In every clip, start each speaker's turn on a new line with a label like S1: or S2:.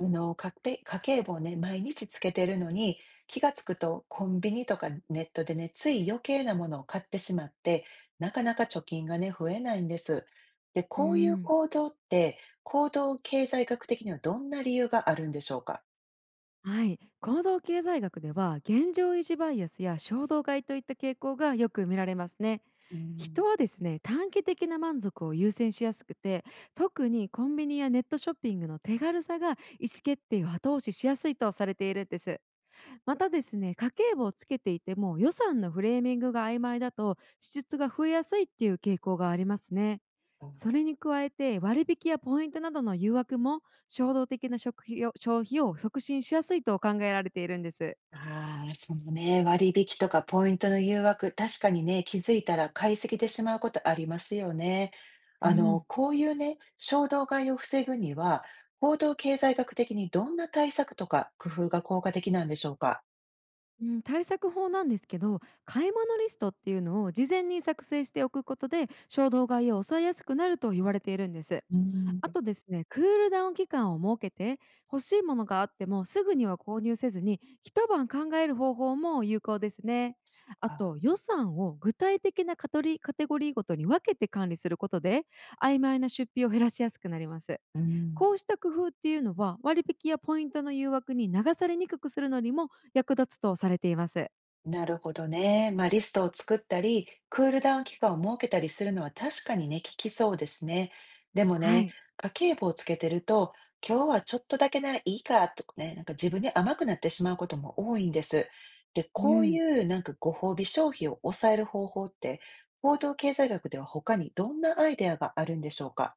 S1: かけ家計簿をね、毎日つけてるのに、気がつくとコンビニとかネットでね、つい余計なものを買ってしまって、なかなか貯金がね、増えないんです。で、
S2: う
S1: こういう
S2: ん。
S1: 行動って、行動経済学的にはどんな理由があるんでしょうか？
S2: はい、行動経済学では現状維持バイアスや衝動買いといった傾向がよく見られますね。
S1: う
S2: 人
S1: ん。
S2: はですね、短期的な満足を優先しやすくて、特にコンビニやネットショッピングの手軽さが意思決定を後押ししやすいとされているんです。またですね、家計簿をつけていても予算のフレーミングが曖昧だと支出が増えやすいっていう傾向がありますね。それに加えて、割引やポイントなどの誘惑も衝動的な食費を消費を促進しやすいと考えられているんです。
S1: ああ、そのね、割引とかポイントの誘惑、確かにね、気づいたら買い過ぎてしまうことありますよね。
S2: うん。
S1: こういうね、衝動買いを防ぐには、行動経済学的にどんな対策とか工夫が効果的なんでしょうか？
S2: うん、対策法なんですけど、買い物リストっていうのを事前に作成しておくことで衝動買いを抑えやすくなると言われているんです。
S1: う
S2: あ
S1: ん。
S2: とですね、クールダウン期間を設けて、欲しいものがあってもすぐには購入せずに、一晩考える方法も有効ですね。
S1: そっ
S2: あ
S1: か。
S2: と、予算を具体的なカテゴリーごとに分けて管理することで、曖昧な出費を減らしやすくなります。
S1: うん。
S2: こうした工夫っていうのは、割引やポイントの誘惑に流されにくくするのにも役立つとされています。
S1: なるほどね。まあ、リストを作ったり、クールダウン期間を設けたりするのは確かにね、効きそうですね。でも
S2: は
S1: ね、
S2: い。
S1: 家計簿をつけてると、今日はちょっとだけならいいかとかね、なんか自分に甘くなってしまうことも多いんです。で、
S2: う
S1: こうい
S2: ん。
S1: うなんかご褒美消費を抑える方法って、報道経済学では他にどんなアイデアがあるんでしょうか。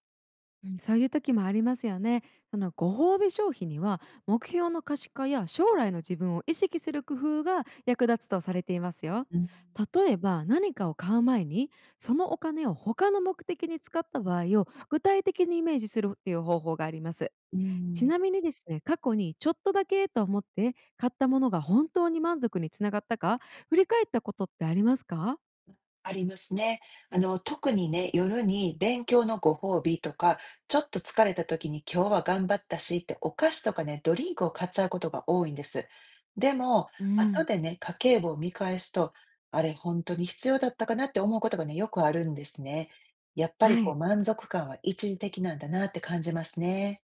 S2: うん、そういう時もありますよね。そのご褒美消費には、目標の可視化や将来の自分を意識する工夫が役立つとされていますよ。
S1: うん、
S2: 例えば、何かを買う前に、そのお金を他の目的に使った場合を具体的にイメージするっていう方法があります。
S1: う
S2: ち
S1: ん。
S2: なみにですね、過去にちょっとだけと思って買ったものが本当に満足につながったか、振り返ったことってありますか？
S1: ありますね。特にね、夜に勉強のご褒美とか、ちょっと疲れた時に今日は頑張ったしってお菓子とかね、ドリンクを買っちゃうことが多いんです。でも、
S2: う
S1: 後
S2: ん。
S1: でね、家計簿を見返すと、あれ、本当に必要だったかなって思うことがね、よくあるんですね。やっぱり
S2: は
S1: こう
S2: い。
S1: 満足感は一時的なんだなって感じますね。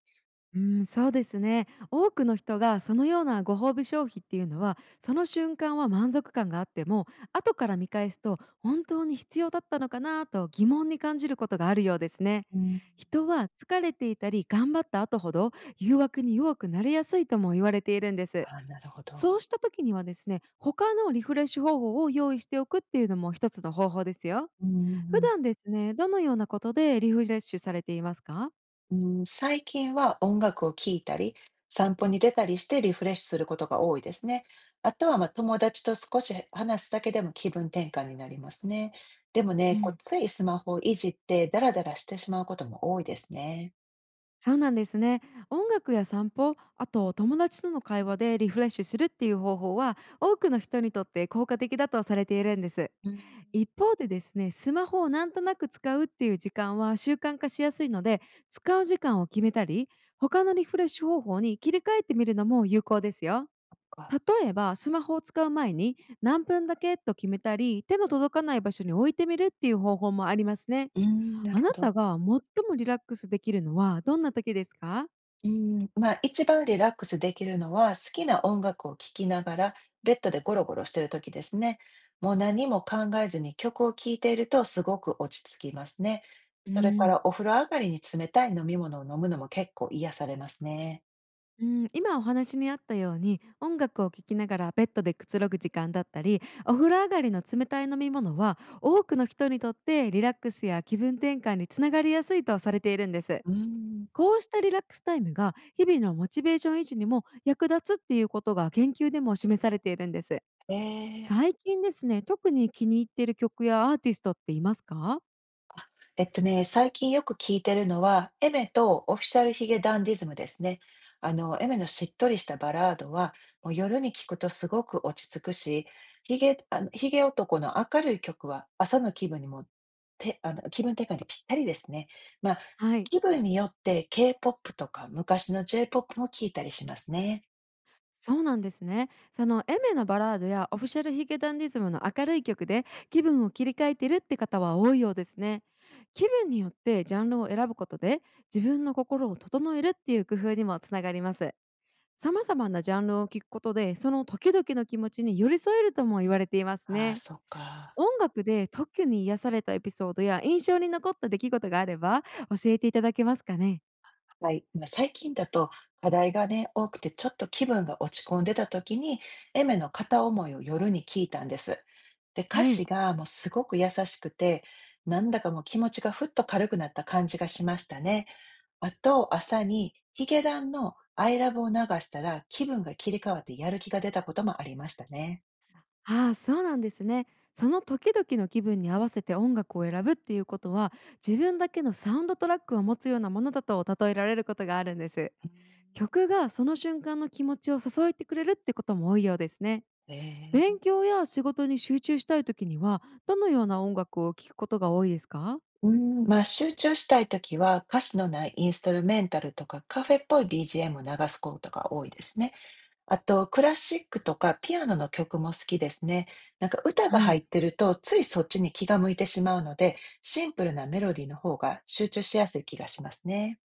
S2: うん、そうですね。多くの人がそのようなご褒美消費っていうのは、その瞬間は満足感があっても、後から見返すと本当に必要だったのかなと疑問に感じることがあるようですね。
S1: うん。
S2: 人は、疲れていたり頑張った後ほど、誘惑に弱くなりやすいとも言われているんです。
S1: あ、なるほど。
S2: そうした時にはですね、他のリフレッシュ方法を用意しておくっていうのも一つの方法ですよ。
S1: うんうんう
S2: 普
S1: ん
S2: 段ですね、どのようなことでリフレッシュされていますか？
S1: うん、最近は音楽を聴いたり、散歩に出たりしてリフレッシュすることが多いですね。あとはまあ友達と少し話すだけでも気分転換になりますね。でも
S2: う
S1: ね、こう
S2: ん。
S1: ついスマホをいじってダラダラしてしまうことも多いですね。
S2: そうなんですね。音楽や散歩、あと友達との会話でリフレッシュするっていう方法は、多くの人にとって効果的だとされているんです。
S1: うん、
S2: 一方でですね、スマホをなんとなく使うっていう時間は習慣化しやすいので、使う時間を決めたり、他のリフレッシュ方法に切り替えてみるのも有効ですよ。
S1: か。
S2: 例えば、スマホを使う前に何分だけと決めたり、手の届かない場所に置いてみるっていう方法もありますね。
S1: うん、な
S2: あ
S1: るほ
S2: な
S1: ど。
S2: たが最もリラックスできるのはどんな時ですか？
S1: うん、まあ、一番リラックスできるのは、好きな音楽を聴きながら、ベッドでゴロゴロしてる時ですね。もう何も考えずに曲を聴いているとすごく落ち着きますね。
S2: う
S1: それか
S2: ん。
S1: らお風呂上がりに冷たい飲み物を飲むのも結構癒されますね。
S2: うん、今お話にあったように、音楽を聴きながらベッドでくつろぐ時間だったり、お風呂上がりの冷たい飲み物は、多くの人にとってリラックスや気分転換につながりやすいとされているんです。
S1: うん。
S2: こうしたリラックスタイムが、日々のモチベーション維持にも役立つっていうことが研究でも示されているんです。
S1: ええ。
S2: 最近ですね、特に気に入っている曲やアーティストっていますか？
S1: 最近よく聞いてるのは、エメとオフィシャルヒゲダンディズムですね。エメのしっとりしたバラードは、もう夜に聞くとすごく落ち着くし、ヒゲ男の明るい曲は朝の気分にも、て、あの、気分転換にぴったりですね。まあ、
S2: はい。
S1: 気分によって K-POP とか昔の j ポップも聞いたりしますね。
S2: そうなんですね。そのエメのバラードやオフィシャルヒゲダンディズムの明るい曲で、気分を切り替えてるって方は多いようですね。気分によってジャンルを選ぶことで、自分の心を整えるっていう工夫にもつながります。様々なジャンルを聴くことで、その時々の気持ちに寄り添えるとも言われています
S1: ああ、
S2: ね。
S1: そっか。
S2: 音楽で特に癒されたエピソードや印象に残った出来事があれば、教えていただけますかね？
S1: はい、まあ最近だと課題がね、多くてちょっと気分が落ち込んでた時に、エメの片思いを夜に聞いたんです。で、歌
S2: はい。
S1: 詞がもうすごく優しくて、なんだかもう気持ちがふっと軽くなった感じがしましたね。あと、朝にヒゲダンのアイラブを流したら気分が切り替わってやる気が出たこともありましたね。
S2: ああ、そうなんですね。その時々の気分に合わせて音楽を選ぶっていうことは、自分だけのサウンドトラックを持つようなものだと例えられることがあるんです。曲がその瞬間の気持ちを誘えてくれるってことも多いようですね。
S1: え
S2: 勉
S1: ー。
S2: 強や仕事に集中したい時には、どのような音楽を聴くことが多いですか？
S1: うん、まあ集中したい時は歌詞のないインストルメンタルとかカフェっぽい BGM を流すことが多いですね。あと、クラシックとかピアノの曲も好きですね。なんか歌が
S2: は
S1: 入
S2: い。
S1: ってると、ついそっちに気が向いてしまうので、シンプルなメロディーの方が集中しやすい気がしますね。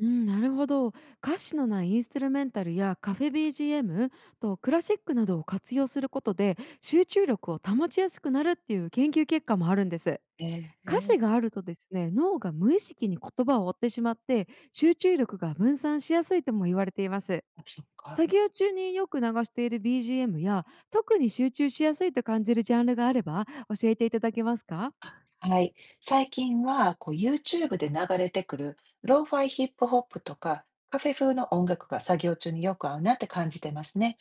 S2: うん、なるほど。歌詞のないインストゥルメンタルやカフェ BGM とクラシックなどを活用することで、集中力を保ちやすくなるっていう研究結果もあるんです。
S1: え
S2: 歌
S1: え、
S2: 詞があるとですね、脳が無意識に言葉を追ってしまって、集中力が分散しやすいとも言われています。
S1: あ、そっか。
S2: 作業中によく流している BGM や、特に集中しやすいと感じるジャンルがあれば、教えていただけますか？
S1: はい。最近は、こう、YouTube で流れてくる、ローファイヒップホップとか、カフェ風の音楽が作業中によく合うなって感じてますね。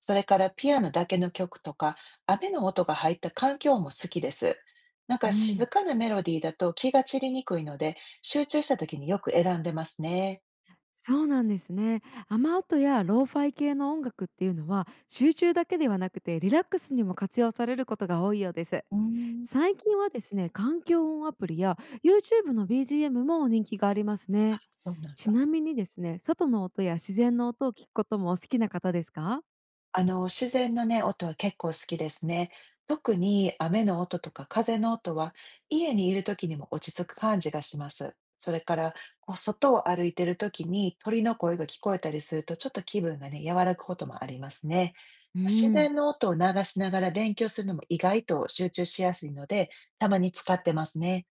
S1: それから、ピアノだけの曲とか、雨の音が入った環境も好きです。なん
S2: う
S1: か、静
S2: ん。
S1: かなメロディーだと気が散りにくいので、集中した時によく選んでますね。
S2: そうなんですね。雨音やローファイ系の音楽っていうのは、集中だけではなくてリラックスにも活用されることが多いようです。
S1: うーん。
S2: 最近はですね、環境音アプリや YouTube の BGM も人気がありますね。
S1: そうなん
S2: ち
S1: だ。
S2: なみにですね、外の音や自然の音を聞くこともお好きな方ですか？
S1: 自然のね、音は結構好きですね。特に雨の音とか風の音は家にいる時にも落ち着く感じがします。それから、こう外を歩いてる時に鳥の声が聞こえたりするとちょっと気分がね、和らぐこともありますね。
S2: う
S1: 自
S2: ん。
S1: 然の音を流しながら勉強するのも意外と集中しやすいので、たまに使ってますね。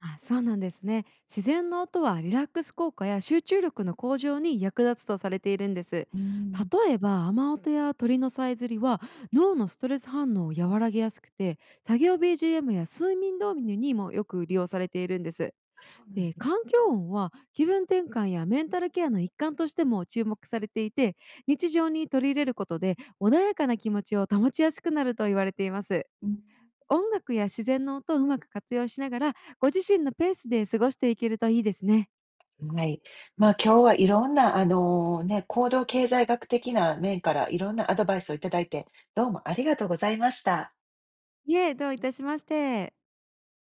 S2: あ、そうなんですね。自然の音はリラックス効果や集中力の向上に役立つとされているんです。
S1: うん。
S2: 例えば、雨音や鳥のさえずりは、脳のストレス反応を和らげやすくて、作業 BGM や睡眠導入にもよく利用されているんです。
S1: そうなん
S2: で、
S1: だ。
S2: 環境音は気分転換やメンタルケアの一環としても注目されていて、日常に取り入れることで穏やかな気持ちを保ちやすくなると言われています。
S1: うん。
S2: 音楽や自然の音をうまく活用しながら、ご自身のペースで過ごしていけるといいですね。
S1: はい。まあ、今日はいろんな、行動経済学的な面からいろんなアドバイスをいただいて、どうもありがとうございました。
S2: いえ、どういたしまして。